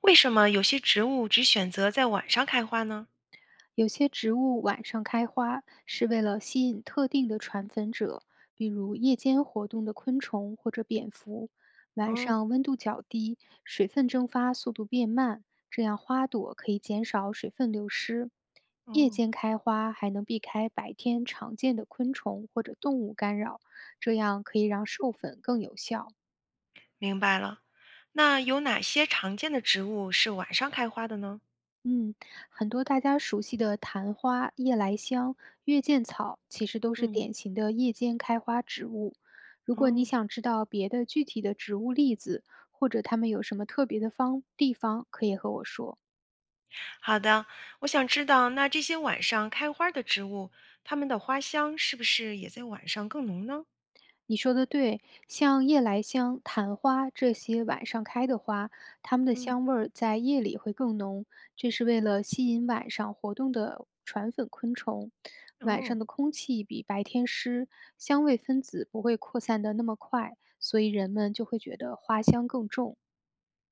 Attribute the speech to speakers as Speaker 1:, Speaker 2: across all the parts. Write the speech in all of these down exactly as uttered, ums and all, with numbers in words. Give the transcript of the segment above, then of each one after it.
Speaker 1: 为什么有些植物只选择在晚上开花呢？
Speaker 2: 有些植物晚上开花是为了吸引特定的传粉者，比如夜间活动的昆虫或者蝙蝠。晚
Speaker 1: 哦
Speaker 2: 上温度较低，水分蒸发速度变慢，这样花朵可以减少水分流失。夜
Speaker 1: 哦，
Speaker 2: 间开花还能避开白天常见的昆虫或者动物干扰，这样可以让授粉更有效。
Speaker 1: 明白了。那有哪些常见的植物是晚上开花的呢？
Speaker 2: 嗯，很多大家熟悉的昙花、夜来香、月见草，其实都是
Speaker 1: 嗯
Speaker 2: 典型的夜间开花植物。如果你
Speaker 1: 哦，
Speaker 2: 想知道别的具体的植物例子，或者它们有什么特别的方地方，可以和我说。
Speaker 1: 好的。我想知道，那这些晚上开花的植物，它们的花香是不是也在晚上更浓呢？
Speaker 2: 你说的对，像夜来香、昙花这些晚上开的花，它们的
Speaker 1: 嗯
Speaker 2: 香味儿在夜里会更浓，这是为了吸引晚上活动的传粉昆虫。晚
Speaker 1: 哦，
Speaker 2: 上的空气比白天湿，香味分子不会扩散的那么快，所以人们就会觉得花香更重。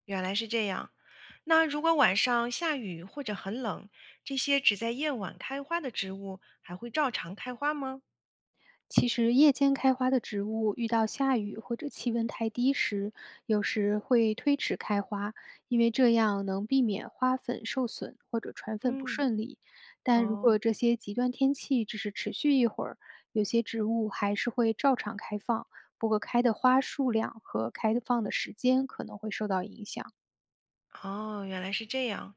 Speaker 1: 原来是这样。那如果晚上下雨或者很冷，这些只在夜晚开花的植物还会照常开花吗？
Speaker 2: 其实夜间开花的植物遇到下雨或者气温太低时，有时会推迟开花，因为这样能避免花粉受损或者传粉不
Speaker 1: 嗯
Speaker 2: 顺利。但如
Speaker 1: 哦。
Speaker 2: 果这些极端天气只是持续一会儿，有些植物还是会照常开放，不过开的花数量和开放的时间可能会受到影响。
Speaker 1: 哦，原来是这样。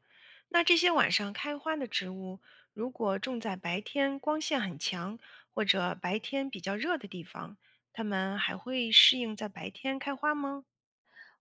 Speaker 1: 那这些晚上开花的植物，如果种在白天光线很强或者白天比较热的地方，它们还会适应在白天开花吗？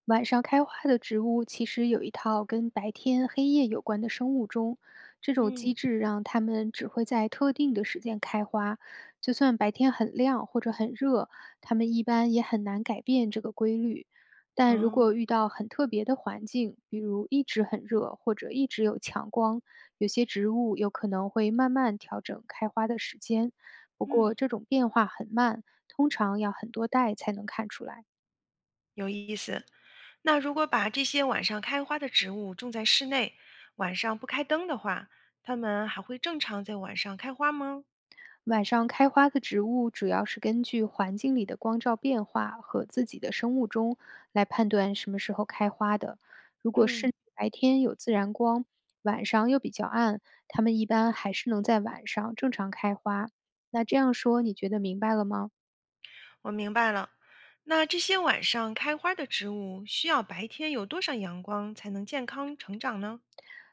Speaker 2: 晚上开花的植物其实有一套跟白天黑夜有关的生物钟，这种机
Speaker 1: 嗯，
Speaker 2: 制让它们只会在特定的时间开花，就算白天很亮或者很热，它们一般也很难改变这个规律。但如
Speaker 1: 哦，
Speaker 2: 果遇到很特别的环境，比如一直很热或者一直有强光，有些植物有可能会慢慢调整开花的时间。不
Speaker 1: 嗯，
Speaker 2: 过这种变化很慢，通常要很多代才能看出来。
Speaker 1: 有意思。那如果把这些晚上开花的植物种在室内，晚上不开灯的话，它们还会正常在晚上开花吗？
Speaker 2: 晚上开花的植物主要是根据环境里的光照变化和自己的生物钟来判断什么时候开花的。如果是
Speaker 1: 嗯。
Speaker 2: 白天有自然光，晚上又比较暗，它们一般还是能在晚上正常开花。那这样说，你觉得明白了吗？
Speaker 1: 我明白了。那这些晚上开花的植物，需要白天有多少阳光才能健康成长呢？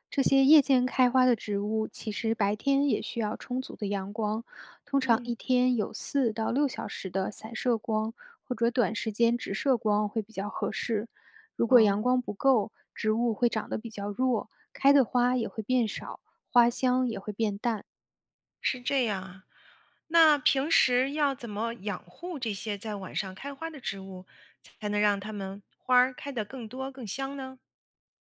Speaker 2: 这些夜间开花的植物，其实白天也需要充足的阳光，通常
Speaker 1: 嗯，
Speaker 2: 一天有四到六小时的散射光或者短时间直射光会比较合适。如果阳
Speaker 1: 哦，
Speaker 2: 光不够，植物会长得比较弱，开的花也会变少，花香也会变淡。
Speaker 1: 是这样啊。那平时要怎么养护这些在晚上开花的植物，才能让它们花儿开得更多更香呢？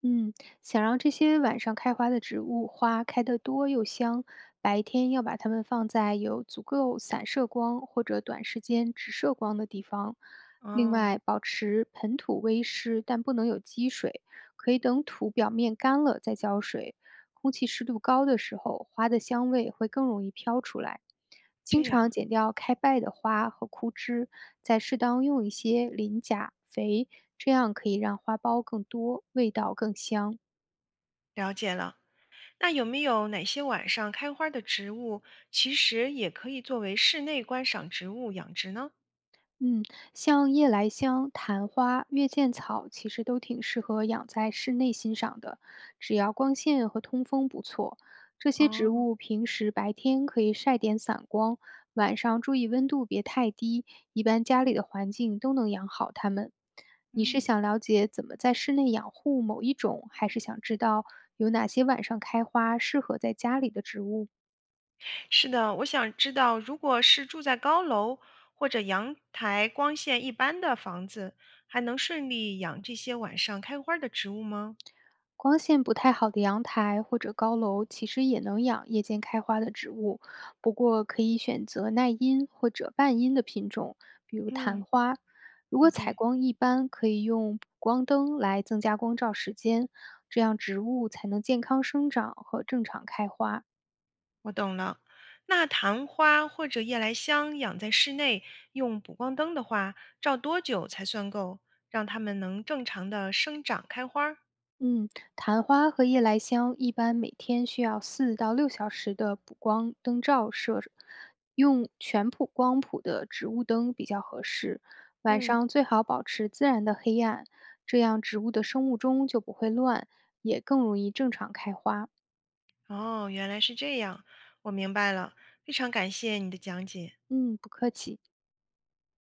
Speaker 2: 嗯，想让这些晚上开花的植物花开得多又香，白天要把它们放在有足够散射光或者短时间直射光的地方。另
Speaker 1: 哦，
Speaker 2: 外，保持盆土微湿，但不能有积水，可以等土表面干了再浇水。空气湿度高的时候，花的香味会更容易飘出来。经
Speaker 1: 这
Speaker 2: 常
Speaker 1: 样，
Speaker 2: 剪掉开败的花和枯枝，再适当用一些磷钾肥，这样可以让花苞更多，味道更香。
Speaker 1: 了解了。那有没有哪些晚上开花的植物，其实也可以作为室内观赏植物养殖呢？
Speaker 2: 嗯，像夜来香、昙花、月见草，其实都挺适合养在室内欣赏的，只要光线和通风不错。这些植
Speaker 1: 哦，
Speaker 2: 物平时白天可以晒点散光，晚上注意温度别太低，一般家里的环境都能养好它们。你是
Speaker 1: 嗯。
Speaker 2: 想了解怎么在室内养护某一种，还是想知道有哪些晚上开花适合在家里的植物吗？
Speaker 1: 是的，我想知道，如果是住在高楼或者阳台光线一般的房子，还能顺利养这些晚上开花的植物吗？
Speaker 2: 光线不太好的阳台或者高楼，其实也能养夜间开花的植物，不过可以选择耐阴或者半阴的品种，比如
Speaker 1: 嗯
Speaker 2: 昙花。如果采
Speaker 1: ，OK，
Speaker 2: 光一般，可以用补光灯来增加光照时间，这样植物才能健康生长和正常开花。
Speaker 1: 我懂了。那昙花或者夜来香养在室内，用补光灯的话，照多久才算够，让它们能正常的生长开花儿
Speaker 2: 嗯，昙花和夜来香一般每天需要四到六小时的补光灯照射，用全谱光谱的植物灯比较合适。晚
Speaker 1: 嗯，
Speaker 2: 上最好保持自然的黑暗，这样植物的生物钟就不会乱，也更容易正常开花。
Speaker 1: 哦，原来是这样，我明白了，非常感谢你的讲解。
Speaker 2: 嗯，不客气。